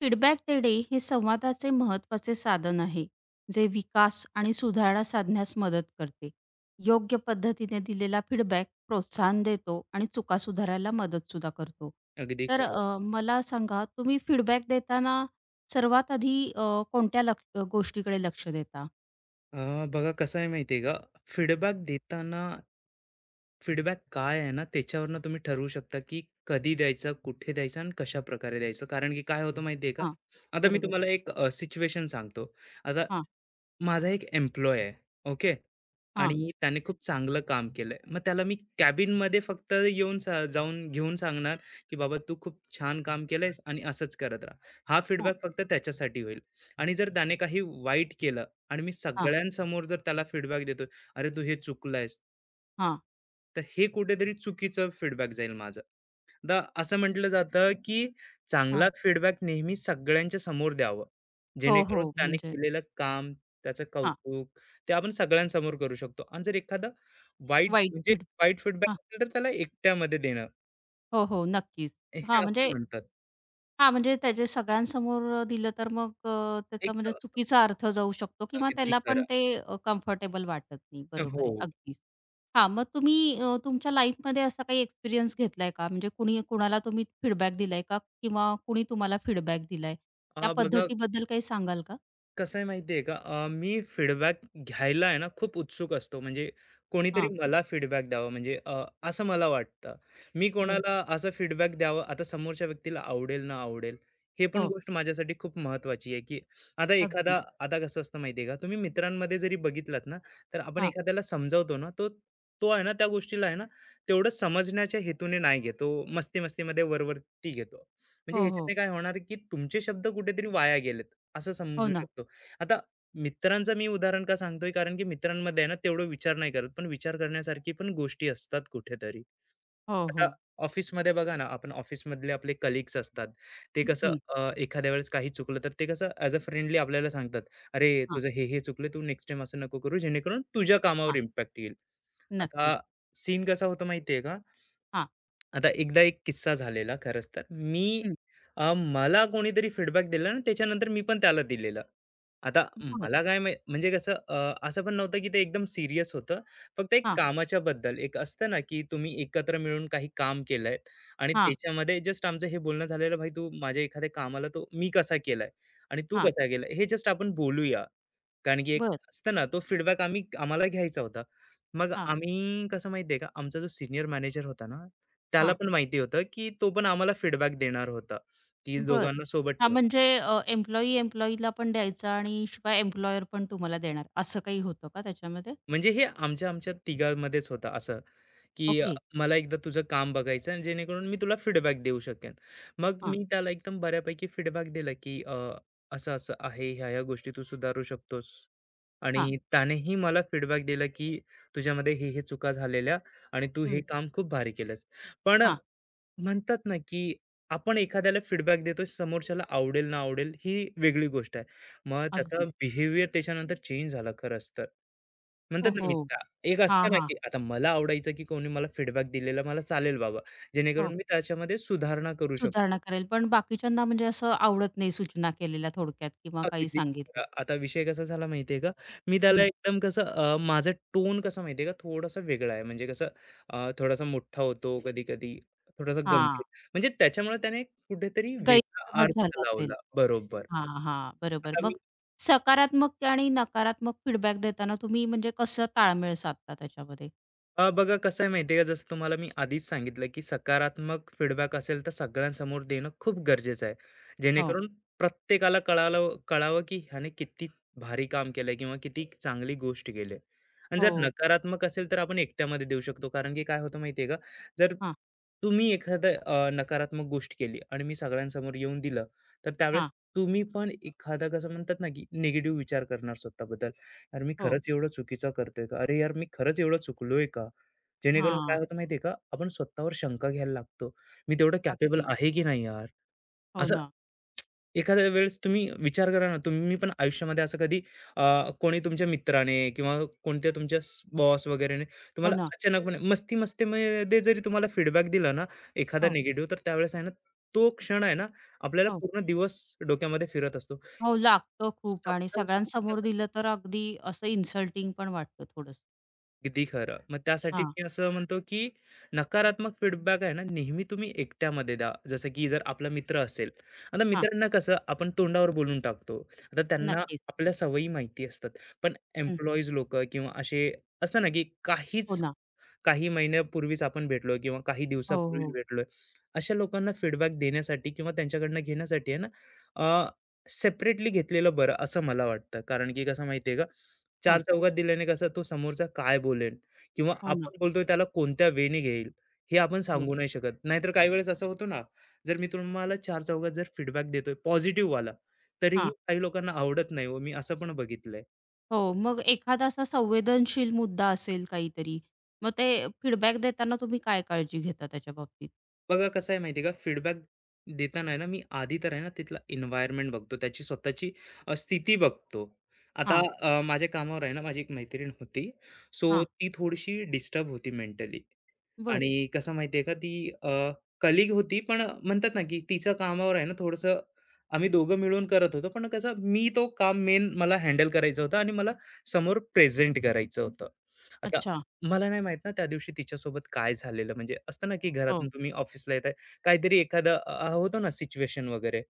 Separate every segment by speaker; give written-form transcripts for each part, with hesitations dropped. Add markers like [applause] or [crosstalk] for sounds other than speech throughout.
Speaker 1: Feedback देणे हे संवादाचे महत्त्वाचे साधन आहे, जे विकास आणि सुधारणा साधण्यास मदत करते. योग्य पद्धतीने दिलेला फीडबॅक प्रोत्साहन देतो आणि चुका सुधारायला मदतसुद्धा करतो.
Speaker 2: अगदी
Speaker 1: तर
Speaker 2: खरं.
Speaker 1: मला सांगा, तुम्ही फीडबॅक देताना सर्वात आधी कोणत्या लक्ष गोष्टीकडे लक्ष देता?
Speaker 2: बघा कसं आहे माहिती का, फीडबॅक देताना फीडबॅक काय आहे ना, त्याच्यावरनं तुम्ही ठरवू शकता, की कधी द्यायचा, कुठे द्यायचा आणि कशा प्रकारे द्यायचं. कारण की काय होतं माहिती आहे का,
Speaker 1: हां,
Speaker 2: आता मी
Speaker 1: बरोबर.
Speaker 2: तुम्हाला एक सिच्युएशन सांगतो. आता
Speaker 1: हां,
Speaker 2: माझा एक एम्प्लॉयी आहे, ओके.
Speaker 1: हां,
Speaker 2: आणि त्याने खूप चांगलं काम केलंय. मग त्याला मी कॅबिनमध्ये फक्त येऊन जाऊन घेऊन सांगणार, की "बाबा तू खूप छान काम केलंयस आणि असंच करत राहा." हा
Speaker 1: हां,
Speaker 2: फीडबॅक फक्त त्याच्यासाठी होईल. आणि जर त्याने काही वाईट केलं आणि मी
Speaker 1: हां,
Speaker 2: सगळ्यांसमोर जर त्याला फीडबॅक देतोय, "अरे, तू हे चुकलं
Speaker 1: हां,
Speaker 2: तर हे कुठेतरी चुकीचं फीडबॅक जाईल माझं." तर असं म्हटलं जातं, की
Speaker 1: हां.
Speaker 2: चांगला फीडबॅक नेहमी सगळ्यांच्या समोर द्यावं.
Speaker 1: हो,
Speaker 2: जेणेकरून
Speaker 1: हो.
Speaker 2: त्याने
Speaker 1: म्हणजे
Speaker 2: केलेलं काम, त्याचं
Speaker 1: हां,
Speaker 2: कौतुक, ते आपण सगळ्यांसमोर करू शकतो. आणि जर एखादा वाईट
Speaker 1: वाईट
Speaker 2: म्हणजे
Speaker 1: फीड
Speaker 2: वाईट
Speaker 1: हां.
Speaker 2: फीडबॅक असेल, तर त्याला एकट्यामध्ये देणं,
Speaker 1: हो, हो. नक्कीच.
Speaker 2: हे
Speaker 1: हां,
Speaker 2: असं
Speaker 1: म्हणजे
Speaker 2: म्हणतात.
Speaker 1: हां, म्हणजे त्याच्या सगळ्यांसमोर दिलं तर मग त्याचा
Speaker 2: एक
Speaker 1: म्हणजे चुकीचा अर्थ जाऊ शकतो किंवा
Speaker 2: अगदी
Speaker 1: त्याला पण
Speaker 2: खरं.
Speaker 1: ते कम्फर्टेबल वाटत नाही.
Speaker 2: हो.
Speaker 1: बरोबर आहे, अगदीच. हां, मग तुम्ही तुमच्या लाईफमध्ये असा काही एक्सपिरियन्स घेतलाय का? म्हणजे कुणी कुणाला तुम्ही फीडबॅक दिलाय का? किंवा कुणी तुम्हाला फीडबॅक दिलाय? त्या
Speaker 2: बघा
Speaker 1: पद्धतीबद्दल काही सांगाल का?
Speaker 2: कसं आहे माहिती आहे का? मी फीडबॅक घ्यायला आहे ना, खूप उत्सुक असतो. म्हणजे कोणीतरी
Speaker 1: हां,
Speaker 2: मला फीडबॅक द्यावा म्हणजे असं मला वाटतं. मी
Speaker 1: बरं.
Speaker 2: कोणाला असा फीडबॅक द्यावा, आता समोरच्या व्यक्तीला आवडेल ना आवडेल, हे पण
Speaker 1: हो,
Speaker 2: गोष्ट माझ्यासाठी खूप महत्त्वाची आहे, की आता
Speaker 1: अगदी.
Speaker 2: एखादा आता कसं असतं माहिती आहे का? तुम्ही मित्रांमध्ये जरी बघितलात ना, तर आपण
Speaker 1: हां.
Speaker 2: एखाद्याला समजावतो ना, तो तो आहे ना, त्या गोष्टीला आहे ना, तेवढं समजण्याच्या हेतूने नाही घेत. तो मस्ती-मस्तीमध्ये वरवरती घेतो. म्हणजे
Speaker 1: हो, हो.
Speaker 2: ह्याच्याने काय होणार, की तुमचे शब्द कुठेतरी वाया गेलेत, असं
Speaker 1: हो
Speaker 2: समजू
Speaker 1: ना.
Speaker 2: शकतो. आता मित्रांचं मी उदाहरण का सांगतोय कारण की मित्रांमध्ये आहे ना तेवढं विचार नाही करत पण विचार करण्यासारखी पण गोष्टी असतात कुठेतरी
Speaker 1: हो,
Speaker 2: आता
Speaker 1: हो.
Speaker 2: ऑफिसमध्ये बघा ना आपण ऑफिसमधले आपले कलिग्स असतात ते कसं
Speaker 1: हं.
Speaker 2: एखाद्या वेळेस काही चुकलं तर ते कसं ॲज अ फ्रेंडली आपल्याला सांगतात अरे
Speaker 1: हां,
Speaker 2: तुझं हे हे चुकलं तू नेक्स्ट टाइम असं नको करू जेणेकरून तुझ्या कामावर
Speaker 1: हां.
Speaker 2: इम्पॅक्ट येईल
Speaker 1: नक्कीच.
Speaker 2: आता सीन कसा होतो माहितीये का
Speaker 1: हां.
Speaker 2: आता एकदा एक किस्सा झालेला खरंच तर
Speaker 1: हं.
Speaker 2: मला कोणीतरी फीडबॅक दिला ना त्याच्यानंतर मी पण त्याला दिलेलं. आता
Speaker 1: बरं.
Speaker 2: मला काय म्हणजे कसं असं पण नव्हतं की ते एकदम सीरियस होतं. फक्त एक
Speaker 1: हां,
Speaker 2: कामाच्या बद्दल एक असतं ना की तुम्ही एकत्र मिळून काही काम केलंय आणि
Speaker 1: हां,
Speaker 2: त्याच्यामध्ये जस्ट आमचं हे बोलणं झालेलं, "भाई तू माझ्या एखाद्या कामाला तो मी कसा केलाय आणि तू
Speaker 1: हां.
Speaker 2: कसा केलाय हे जस्ट आपण बोलूया." कारण की एक
Speaker 1: बरं.
Speaker 2: असतं ना, तो फीडबॅक आम्हाला घ्यायचा होता. मग
Speaker 1: हां,
Speaker 2: आम्ही कसं माहिती आहे का, आमचा जो सिनियर मॅनेजर होता ना, त्याला
Speaker 1: हां.
Speaker 2: पण माहिती होतं, की तो पण आम्हाला फीडबॅक देणार होता, की
Speaker 1: बरं.
Speaker 2: दोघांना सोबत
Speaker 1: हां,
Speaker 2: ठेवा.
Speaker 1: म्हणजे एम्प्लॉयी एम्प्लॉयीला पण द्यायचा आणि शिवाय एम्प्लॉयर पण तुम्हाला देणार, असं काही होतं का त्याच्यामध्ये?
Speaker 2: म्हणजे हे आमच्या-आमच्या तिघांमध्येच होतं असं. की
Speaker 1: ओके.
Speaker 2: मला एकदा तुझं काम बघायचं आणि जेणेकरून मी तुला फीडबॅक देऊ शकेन. मग
Speaker 1: हां,
Speaker 2: मी त्याला एकदम बऱ्यापैकी फीडबॅक दिला, की असं-असं आहे, ह्या-ह्या गोष्टी तू सुधारू शकतोस.
Speaker 1: हां.
Speaker 2: आणि त्यानेही मला फीडबॅक दिला, की तुझ्यामध्ये हे-हे चुका झालेल्या आणि तू हे
Speaker 1: हं,
Speaker 2: काम खूप भारी केलंस. पण
Speaker 1: हां.
Speaker 2: म्हणतात ना, की आपण एखाद्याला फीडबॅक देतोय, समोरच्याला आवडेल ना आवडेल ही वेगळी गोष्ट आहे. मग त्याचा
Speaker 1: अगदी.
Speaker 2: बिहेवियर त्याच्यानंतर चेंज झाला खरंच तर. म्हणतात
Speaker 1: हो,
Speaker 2: ना,
Speaker 1: हो.
Speaker 2: एक
Speaker 1: हां,
Speaker 2: असतं ना,
Speaker 1: हां.
Speaker 2: की आता मला आवडायचं, की कोणी मला फीडबॅक दिलेला मला चालेल बाबा, जेणेकरून
Speaker 1: हो.
Speaker 2: मी त्याच्यामध्ये सुधारणा करू
Speaker 1: सुधारणा
Speaker 2: शकतो.
Speaker 1: करेल, पण बाकीच्यांना म्हणजे असं आवडत नाही सूचना केलेल्या थोडक्यात किंवा काही
Speaker 2: अगदी खरं.
Speaker 1: सांगितलेलं.
Speaker 2: आता विषय कसा झाला माहिती का? मी त्याला
Speaker 1: हं.
Speaker 2: एकदम कसं माझा टोन कसा माहिती का, थोडासा वेगळा आहे. म्हणजे कसं थोडासा मोठा होतो कधी-कधी, थोडासा
Speaker 1: हां.
Speaker 2: गंभीर. म्हणजे त्याच्यामुळे त्याने कुठेतरी वेगळा
Speaker 1: गैरसमज
Speaker 2: अर्थ
Speaker 1: झाला असेल.
Speaker 2: लावला. बरोबर.
Speaker 1: हां, हां. बरोबर.
Speaker 2: आता
Speaker 1: मग सकारात्मक आणि नकारात्मक फीडबॅक देताना तुम्ही म्हणजे कसं ताळमेळ साधता त्याच्यामध्ये?
Speaker 2: बघा कसं आहे माहिती आहे का जसं तुम्हाला मी आधीच सांगितलं की सकारात्मक फीडबॅक असेल तर सगळ्यांसमोर देणं खूप गरजेचं आहे
Speaker 1: हो,
Speaker 2: जेणेकरून प्रत्येकाला कळावं की ह्याने किती भारी काम केलंय किंवा किती चांगली गोष्ट केली आणि जर
Speaker 1: हो.
Speaker 2: नकारात्मक असेल तर आपण एकट्यामध्ये देऊ शकतो कारण की काय होतं माहिती आहे का जर
Speaker 1: हां,
Speaker 2: तुम्ही एखादं नकारात्मक गोष्ट केली आणि मी सगळ्यांसमोर येऊन दिलं तर त्यावेळेस
Speaker 1: हां.
Speaker 2: तुम्ही पण एखादा कसं म्हणतात ना की निगेटिव्ह विचार करणार स्वतःबद्दल "यार, मी
Speaker 1: हो.
Speaker 2: खरंच एवढं चुकीचा करतोय का? अरे यार, मी खरंच एवढं चुकलोय का?" जेणेकरून काय
Speaker 1: हां.
Speaker 2: होतं माहिती आहे का, आपण स्वतःवर शंका घ्यायला लागतो. "मी तेवढं कॅपेबल
Speaker 1: अगदी.
Speaker 2: आहे की नाही यार?"
Speaker 1: हो
Speaker 2: असं
Speaker 1: ना,
Speaker 2: एखाद्या वेळेस तुम्ही विचार करा ना, तुम्ही पण आयुष्यामध्ये असं कधी अ, कोणी तुमच्या मित्राने किंवा कोणत्या तुमच्या बॉस वगैरेने
Speaker 1: हो
Speaker 2: तुम्हाला
Speaker 1: ना.
Speaker 2: अचानकपणे मस्ती-मस्तीमध्ये जरी तुम्हाला फीडबॅक दिला ना, एखादा
Speaker 1: हो,
Speaker 2: निगेटिव्ह, तर त्यावेळेस आहे ना, तो क्षण आहे ना, आपल्याला
Speaker 1: हो.
Speaker 2: पूर्ण दिवस डोक्यामध्ये फिरत असतो.
Speaker 1: हो, लागतं खूप आणि सगळ्यांसमोर दिलं तर अगदी असं इन्सल्टिंग पण वाटतं थोडंसं.
Speaker 2: अगदी खरं. मग त्यासाठी
Speaker 1: हां,
Speaker 2: मी असं म्हणतो, की नकारात्मक फीडबॅक आहे ना, नेहमी तुम्ही एकट्यामध्ये द्या. जसं की जर आपला मित्र असेल, आता
Speaker 1: हा,
Speaker 2: मित्रांना कसं आपण तोंडावर बोलून टाकतो. आता त्यांना
Speaker 1: नक्कीच.
Speaker 2: आपल्या सवयी माहिती असतात. पण
Speaker 1: हं.
Speaker 2: एम्प्लॉईज लोकं किंवा असे असतं ना, की
Speaker 1: हो ना.
Speaker 2: काही महिन्यापूर्वीच आपण भेटलोय किंवा काही
Speaker 1: हो,
Speaker 2: दिवसापूर्वीच
Speaker 1: हो.
Speaker 2: भेटलोय. अशा लोकांना फीडबॅक देण्यासाठी किंवा त्यांच्याकडनं घेण्यासाठी आहे ना सेपरेटली घेतलेलं बरं असं मला वाटतं. कारण की कसं माहिती का, चार
Speaker 1: हो,
Speaker 2: चौघात दिल्याने कसं तो समोरचा काय बोलेल किंवा
Speaker 1: हो ना.
Speaker 2: आपण बोलतोय त्याला कोणत्या वेने घेईल हे आपण
Speaker 1: हो.
Speaker 2: सांगू नाही शकत. नाहीतर काही वेळेस असं होतं ना, जर मी तुम्हाला चार चौघात जर फीडबॅक देतोय पॉझिटिव्हवाला, तरीही
Speaker 1: हां.
Speaker 2: काही लोकांना आवडत नाही हो. मी असं पण बघितलंय.
Speaker 1: हो, मग एखादा असा संवेदनशील मुद्दा असेल काहीतरी, मग ते फीडबॅक देताना तुम्ही काय काळजी घेता त्याच्या बाबतीत?
Speaker 2: बघा कसं आहे माहिती आहे का फीडबॅक देताना आहे ना मी आधी तर आहे ना तिथला एन्व्हायरमेंट बघतो त्याची स्वतःची स्थिती बघतो. आता
Speaker 1: हां,
Speaker 2: माझ्या कामावर आहे ना माझी एक मैत्रीण होती. सो
Speaker 1: हां.
Speaker 2: ती थोडीशी डिस्टर्ब होती मेंटली.
Speaker 1: बरं.
Speaker 2: आणि कसं माहितीये का ती अ, कलीग होती, पण म्हणतात ना, की तिच्या कामावर आहे ना थोडंसं आम्ही दोघं मिळून करत होतो. पण कसं मी तो काम मेन मला हँडल करायचं होतं आणि मला समोर प्रेझेंट करायचं होतं. आता
Speaker 1: अच्छा.
Speaker 2: मला नाही माहीत ना त्या दिवशी तिच्यासोबत काय झालेलं म्हणजे असतं ना, की
Speaker 1: हो.
Speaker 2: घरातून तुम्ही ऑफिसला येताय, काहीतरी एखादं होतं ना सिच्युएशन वगैरे.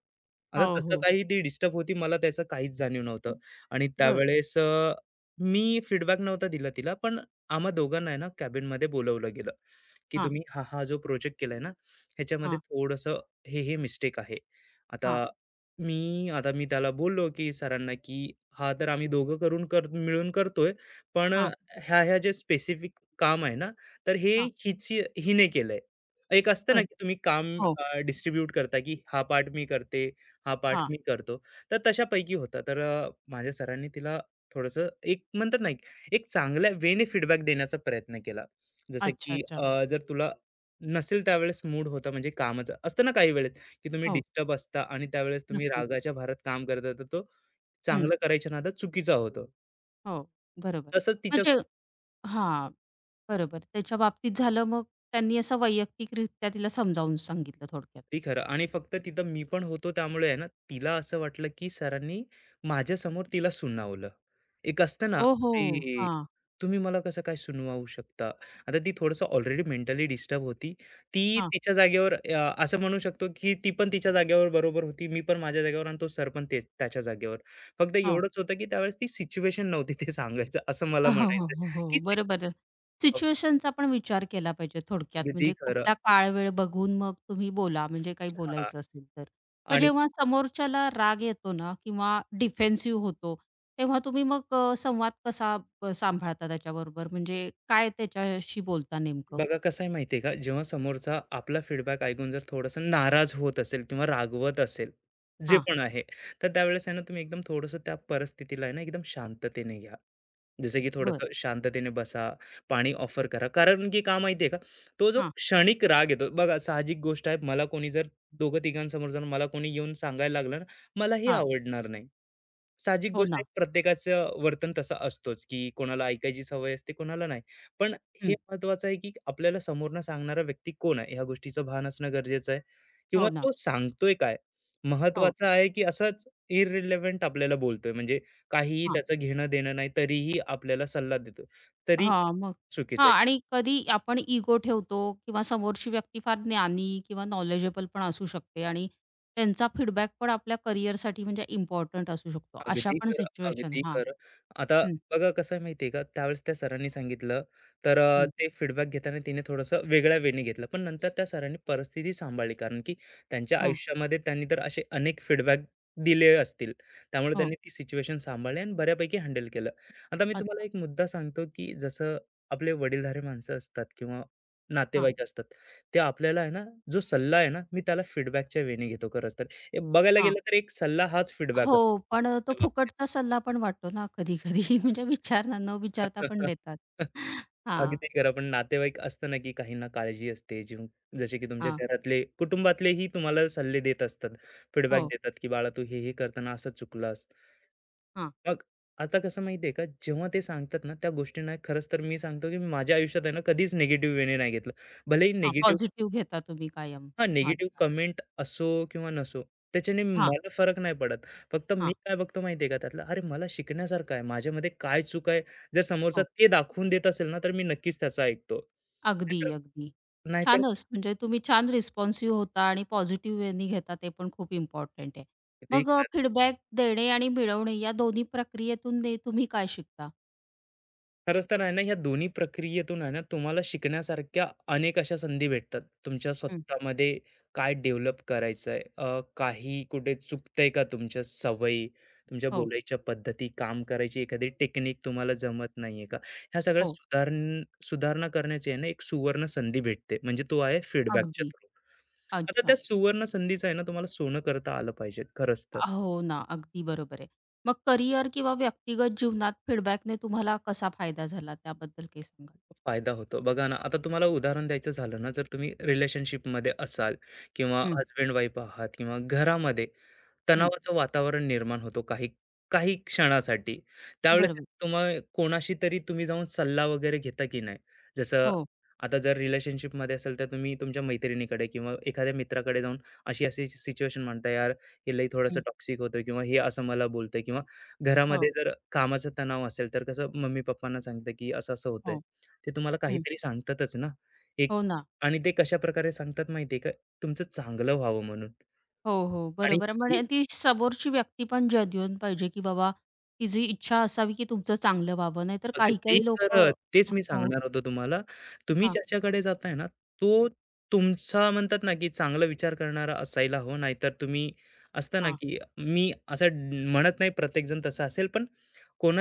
Speaker 2: आता
Speaker 1: हो,
Speaker 2: तसं
Speaker 1: हो.
Speaker 2: काही ती डिस्टर्ब होती, मला त्याचं काहीच जाणीव नव्हतं आणि
Speaker 1: बरं.
Speaker 2: त्यावेळेस मी फीडबॅक नव्हता दिला तिला, पण आम्हा दोघांना आहे ना कॅबिनमध्ये बोलावलं गेलं. की
Speaker 1: हां,
Speaker 2: तुम्ही हा हा जो प्रोजेक्ट केलाय ना ह्याच्यामध्ये
Speaker 1: हां,
Speaker 2: थोडंसं हे हे मिस्टेक आहे
Speaker 1: हां,
Speaker 2: आता मी मी त्याला बोललो की सरांना की हा तर आम्ही दोघं करून कर मिळून करतोय पण
Speaker 1: हां,
Speaker 2: ह्या ह्या जे स्पेसिफिक काम आहे ना तर हे
Speaker 1: हां.
Speaker 2: हिच हिने केलंय एक असतं ना
Speaker 1: बरं.
Speaker 2: की तुम्ही काम
Speaker 1: हो.
Speaker 2: डिस्ट्रीब्यूट करता की हा पार्ट मी करते हा पार्ट
Speaker 1: हां.
Speaker 2: मी करतो तर तशापैकी होता तर माझ्या सरांनी तिला थोडंसं एक म्हणतात ना एक एक चांगल्या वेने फीडबॅक देण्याचा प्रयत्न केला जसं
Speaker 1: अच्छा,
Speaker 2: की
Speaker 1: अच्छा.
Speaker 2: जर तुला नसेल त्यावेळेस मूड होता म्हणजे कामाचा असतं ना काही वेळेस की तुम्ही
Speaker 1: हो,
Speaker 2: डिस्टर्ब असता आणि त्यावेळेस तुम्ही
Speaker 1: नक्कीच.
Speaker 2: रागाच्या भारत काम करता तर तो चांगलं करायच्या नादात चुकीचा होतो
Speaker 1: हो, बरोबर.
Speaker 2: तसंच
Speaker 1: मग
Speaker 2: तिच्या
Speaker 1: जे हां, बरोबर. त्याच्या बाबतीत झालं मग त्यांनी असं वैयक्तिकरित्या तिला समजावून सांगितलं थोडक्यात.
Speaker 2: ती खरं आणि फक्त तिथं मी पण होतो त्यामुळे आहे ना तिला असं वाटलं की सरांनी माझ्यासमोर तिला सुनावलं एक असतं ना,
Speaker 1: ओहो!
Speaker 2: "अरे,
Speaker 1: हां,
Speaker 2: तुम्ही मला कसं काय सुनवावू शकता?" आता ती थोडंसं ऑलरेडी मेंटली डिस्टर्ब होती. ती
Speaker 1: हां,
Speaker 2: तिच्या जागेवर असं म्हणू शकतो, की ती पण तिच्या जागेवर बरोबर होती. मी पण माझ्या जागेवर आणि तो सर पण तेच त्याच्या जागेवर. फक्त
Speaker 1: हो.
Speaker 2: एवढंच होतं, की त्यावेळेस ती सिच्युएशन नव्हती ते सांगायचं असं मला
Speaker 1: [laughs] हो, हो,
Speaker 2: म्हणायचंय,
Speaker 1: हो, हो.
Speaker 2: की
Speaker 1: बरोबर. सिच्युएशनचा पण विचार केला पाहिजे थोडक्यात.
Speaker 2: अगदी
Speaker 1: म्हणजे
Speaker 2: खरं.
Speaker 1: कुठला काळ वेळ बघून मग तुम्ही बोला म्हणजे काही
Speaker 2: हां.
Speaker 1: बोलायचं असेल तर. मग
Speaker 2: आणि
Speaker 1: जेव्हा समोरच्याला राग येतो ना किंवा डिफेन्सिव्ह होतो, तेव्हा तुम्ही मग संवाद कसा सांभाळता त्याच्याबरोबर? म्हणजे काय त्याच्याशी बोलता नेमकं?
Speaker 2: बघा कसं आहे माहिती का जेव्हा समोरचा आपला फीडबॅक ऐकून जर थोडासा नाराज होत असेल किंवा रागवत असेल जे
Speaker 1: हां,
Speaker 2: पण आहे तर त्यावेळेस आहे ना तुम्ही एकदम थोडंसं त्या परिस्थितीला आहे ना एकदम शांततेने घ्या जसं की
Speaker 1: बरं.
Speaker 2: थोडंसं शांततेने बसा पाणी ऑफर करा कारण की का माहिती आहे का तो जो
Speaker 1: हां.
Speaker 2: क्षणिक राग येतो बघा साहजिक गोष्ट आहे मला कोणी जर दोघं तिघांसमोर जर मला कोणी येऊन सांगायला लागलं ना मलाही
Speaker 1: हां,
Speaker 2: आवडणार नाही साहजिक
Speaker 1: हो
Speaker 2: गोष्ट आहे
Speaker 1: ना.
Speaker 2: प्रत्येकाचं वर्तन तसं असतोच, की कोणाला ऐकायची सवय असते, कोणाला नाही. पण हे
Speaker 1: हं.
Speaker 2: महत्त्वाचं आहे, की आपल्याला समोरनं सांगणारा व्यक्ती कोण आहे, ह्या गोष्टीचं भान असणं गरजेचं आहे किंवा
Speaker 1: हो ना.
Speaker 2: तो सांगतोय काय?
Speaker 1: हो.
Speaker 2: महत्त्वाचं आहे, की असाच इर्रिलेव्हंट आपल्याला बोलतोय म्हणजे काहीही
Speaker 1: हां.
Speaker 2: त्याचं घेणं-देणं नाही, तरीही आपल्याला सल्ला देतोय. तरी
Speaker 1: हां, मग हां
Speaker 2: चुकीचं आहे.
Speaker 1: आणि कधी आपण इगो ठेवतो किंवा समोरची व्यक्ती फार ज्ञानी किंवा नॉलेजेबल पण असू शकते आणि त्यांचा फीडबॅक पण आपल्या करिअरसाठी म्हणजे इम्पॉर्टंट असू शकतो. अशा
Speaker 2: अगदी
Speaker 1: पण
Speaker 2: खरं,
Speaker 1: सिच्युएशन
Speaker 2: अगदी
Speaker 1: हां.
Speaker 2: खरं. आता
Speaker 1: हं,
Speaker 2: बघा कसं आहे माहिती आहे का, त्यावेळेस त्या सरांनी सांगितलं, तर
Speaker 1: हं.
Speaker 2: ते फीडबॅक घेताना तिने थोडंसं वेगळ्या वेने घेतलं. पण नंतर त्या सरांनी परिस्थिती सांभाळली, कारण की त्यांच्या
Speaker 1: हं,
Speaker 2: आयुष्यामध्ये त्यांनी तर असे अनेक फीडबॅक दिले असतील. त्यामुळे
Speaker 1: हो.
Speaker 2: त्यांनी ती सिच्युएशन सांभाळली आणि बऱ्यापैकी हँडल केलं. आता मी तुम्हाला
Speaker 1: अच्छा.
Speaker 2: एक मुद्दा सांगतो, की जसं आपले वडीलधारी माणसं असतात किंवा
Speaker 1: हां,
Speaker 2: नातेवाईक असतात, ते आपल्याला आहे ना, जो सल्ला आहे ना, मी त्याला फीडबॅकच्या वेने घेतो खरंच तर. हे बघायला
Speaker 1: हां.
Speaker 2: गेलं तर एक सल्ला हाच फीडबॅक असतो.
Speaker 1: हो, पण तो
Speaker 2: त्या बाबतीत.
Speaker 1: फुकटचा सल्ला पण वाटतो ना कधी-कधी [laughs] म्हणजे विचारणार न विचारता पण
Speaker 2: [laughs]
Speaker 1: देतात. हां,
Speaker 2: अगदी खरं. पण नातेवाईक असतं ना, की काहींना काळजी असते. जसे की तुमच्या
Speaker 1: हां.
Speaker 2: घरातले, कुटुंबातलेही तुम्हाला सल्ले देत असतात, फीडबॅक
Speaker 1: हो.
Speaker 2: देतात, की "बाळा तू हे-हे करताना असं चुकलास."
Speaker 1: हां,
Speaker 2: मग आता कसं माहिती आहे का, जेव्हा ते सांगतात ना, त्या गोष्टींना खरंच तर मी सांगतो, की मी माझ्या आयुष्यात आहे ना, कधीच निगेटिव्ह वेने नाही घेतलं. भलेही
Speaker 1: हां.
Speaker 2: निगेटिव्ह
Speaker 1: पॉझिटिव्ह घेता तुम्ही कायम. हां
Speaker 2: निगेटिव्ह
Speaker 1: अच्छा.
Speaker 2: कमेंट असो किंवा नसो, त्याच्याने
Speaker 1: हां,
Speaker 2: मला फरक नाही पडत. फक्त मी
Speaker 1: हां.
Speaker 2: काय बघतो माहिती आहे का त्यातलं, अरे मला शिकण्यासारखं आहे, माझ्यामध्ये काय चूक आहे? जर समोरचा
Speaker 1: हो.
Speaker 2: ते दाखवून देत असेल ना, तर मी नक्कीच त्याचं ऐकतो.
Speaker 1: अगदी,
Speaker 2: नाहीतर
Speaker 1: अगदी. छानच म्हणजे तुम्ही छान रिस्पॉन्सिव्ह होता आणि पॉझिटिव्ह वेनी घेता ते पण खूप इम्पॉर्टंट आहे. मग
Speaker 2: नाहीतर
Speaker 1: फीडबॅक देणे आणि मिळवणे या दोन्ही प्रक्रियेतून ने तुम्ही काय शिकता?
Speaker 2: खरंच तर आहे ना, ह्या दोन्ही प्रक्रियेतून आहे ना, तुम्हाला शिकण्यासारख्या अनेक अशा संधी भेटतात. तुमच्या
Speaker 1: हं.
Speaker 2: स्वतःमध्ये काय डेव्हलप करायचं आहे? काही कुठे चुकतंय का तुमच्या सवयी, तुमच्या
Speaker 1: हो,
Speaker 2: बोलायच्या पद्धती, काम करायची एखादी टेक्निक तुम्हाला जमत नाहीये का? ह्या सगळ्या
Speaker 1: हो.
Speaker 2: सुधारणा करण्याची आहे ना, एक सुवर्ण संधी भेटते. म्हणजे तो आहे फीडबॅकच्या
Speaker 1: अगदी.
Speaker 2: थ्रू. आता त्या
Speaker 1: अच्छा.
Speaker 2: सुवर्ण संधीचं आहे ना, तुम्हाला सोनं करता आलं पाहिजे खरंच तर.
Speaker 1: हो ना, अगदी बरोबर आहे. मग करिअर किंवा व्यक्तिगत जीवनात फीडबॅकने तुम्हाला कसा फायदा झाला त्याबद्दल काही सांगाल?
Speaker 2: फायदा होतो. बघा ना, आता तुम्हाला उदाहरण द्यायचं झालं ना, जर तुम्ही रिलेशनशिपमध्ये असाल किंवा
Speaker 1: हं.
Speaker 2: हजबंड-वाईफ आहात किंवा घरामध्ये,
Speaker 1: हं.
Speaker 2: तणावाचं वातावरण निर्माण होतो काही काही क्षणासाठी. त्यावेळेस
Speaker 1: बरोबर.
Speaker 2: तुम्ही कोणाशी तरी तुम्ही जाऊन सल्ला वगैरे घेता की नाही? जसं
Speaker 1: हो.
Speaker 2: आता जर रिलेशनशिपमध्ये असेल तर तुम्ही तुमच्या मैत्रिणीकडे किंवा एखाद्या मित्राकडे जाऊन अशी-अशी सिच्युएशन म्हणता, "यार, हे लई थोडंसं
Speaker 1: हं.
Speaker 2: टॉक्सिक होतं" किंवा "हे असं मला बोलतंय" किंवा
Speaker 1: हो,
Speaker 2: घरामध्ये जर कामाचा तणाव असेल तर कसं मम्मी-पप्पांना सांगतं की असं-असं होतंय.
Speaker 1: हो.
Speaker 2: ते तुम्हाला
Speaker 1: हं.
Speaker 2: काहीतरी सांगतातच ना. एक
Speaker 1: हो ना.
Speaker 2: आणि ते कशाप्रकारे सांगतात माहिती का? तुमचं चांगलं व्हावं म्हणून
Speaker 1: हो, हो.
Speaker 2: आणि
Speaker 1: बरोबर. म्हणजे ती समोरची व्यक्ती पण जेन्युइन पाहिजे, की बाबा तिची इच्छा असावी, की तुमचं चांगलं व्हावं. नाहीतर
Speaker 2: अगदी
Speaker 1: काही-काही लोक,
Speaker 2: खरं. तेच मी
Speaker 1: हो.
Speaker 2: सांगणार होतो तुम्हाला. तुम्ही
Speaker 1: हां,
Speaker 2: ज्याच्याकडे जाताय ना, तो तुमचा म्हणतात ना, की चांगला विचार करणारा असायला हवा. नाहीतर तुम्ही असता ना,
Speaker 1: हां,
Speaker 2: की मी असं म्हणत नाही प्रत्येकजण तसा असेल, पण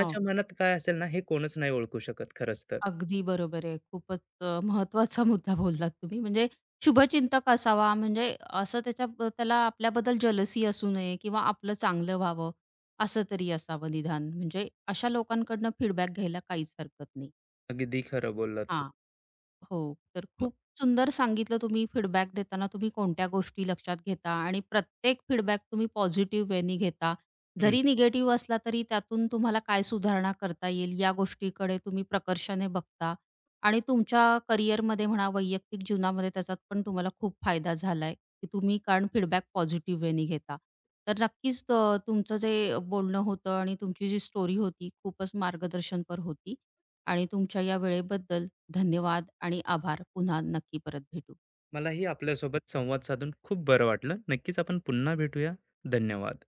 Speaker 1: हो.
Speaker 2: मनात काय असेल ना, हे कोणच नाही ओळखू शकत खरंच तर.
Speaker 1: अगदी बरोबर आहे. खूपच महत्त्वाचा मुद्दा बोललात तुम्ही. म्हणजे शुभचिंतक असावा, म्हणजे असं त्याच्या त्याला आपल्याबद्दल जलसी असू नये किंवा आपलं चांगलं व्हावं, असं तरी असावं निदान. म्हणजे अशा लोकांकडनं फीडबॅक घ्यायला काहीच हरकत नाही.
Speaker 2: अगदी खरं बोललात तुम्ही.
Speaker 1: हां. हो. तर
Speaker 2: मग
Speaker 1: खूप सुंदर सांगितलं तुम्ही फीडबॅक देताना तुम्ही कोणत्या गोष्टी लक्षात घेता आणि प्रत्येक फीडबॅक तुम्ही पॉझिटिव्ह वेनी घेता.
Speaker 2: हं.
Speaker 1: जरी निगेटिव्ह असला तरी त्यातून तुम्हाला काय सुधारणा करता येईल या गोष्टीकडे तुम्ही प्रकर्षाने बघता आणि तुमच्या करिअरमध्ये म्हणा, वैयक्तिक जीवनामध्ये त्याचा पण तुम्हाला खूप फायदा झालाय, की तुम्ही कारण फीडबॅक पॉझिटिव्ह वेनी घेता. तर नक्कीच तुमचं जे बोलणं होतं आणि तुमची जी स्टोरी होती खूपच मार्गदर्शनपर होती आणि तुमच्या या वेळेबद्दल धन्यवाद आणि आभार. पुन्हा नक्की परत भेटू.
Speaker 2: मलाही आपल्यासोबत संवाद साधून खूप बरं वाटलं. नक्कीच आपण पुन्हा भेटूया. धन्यवाद.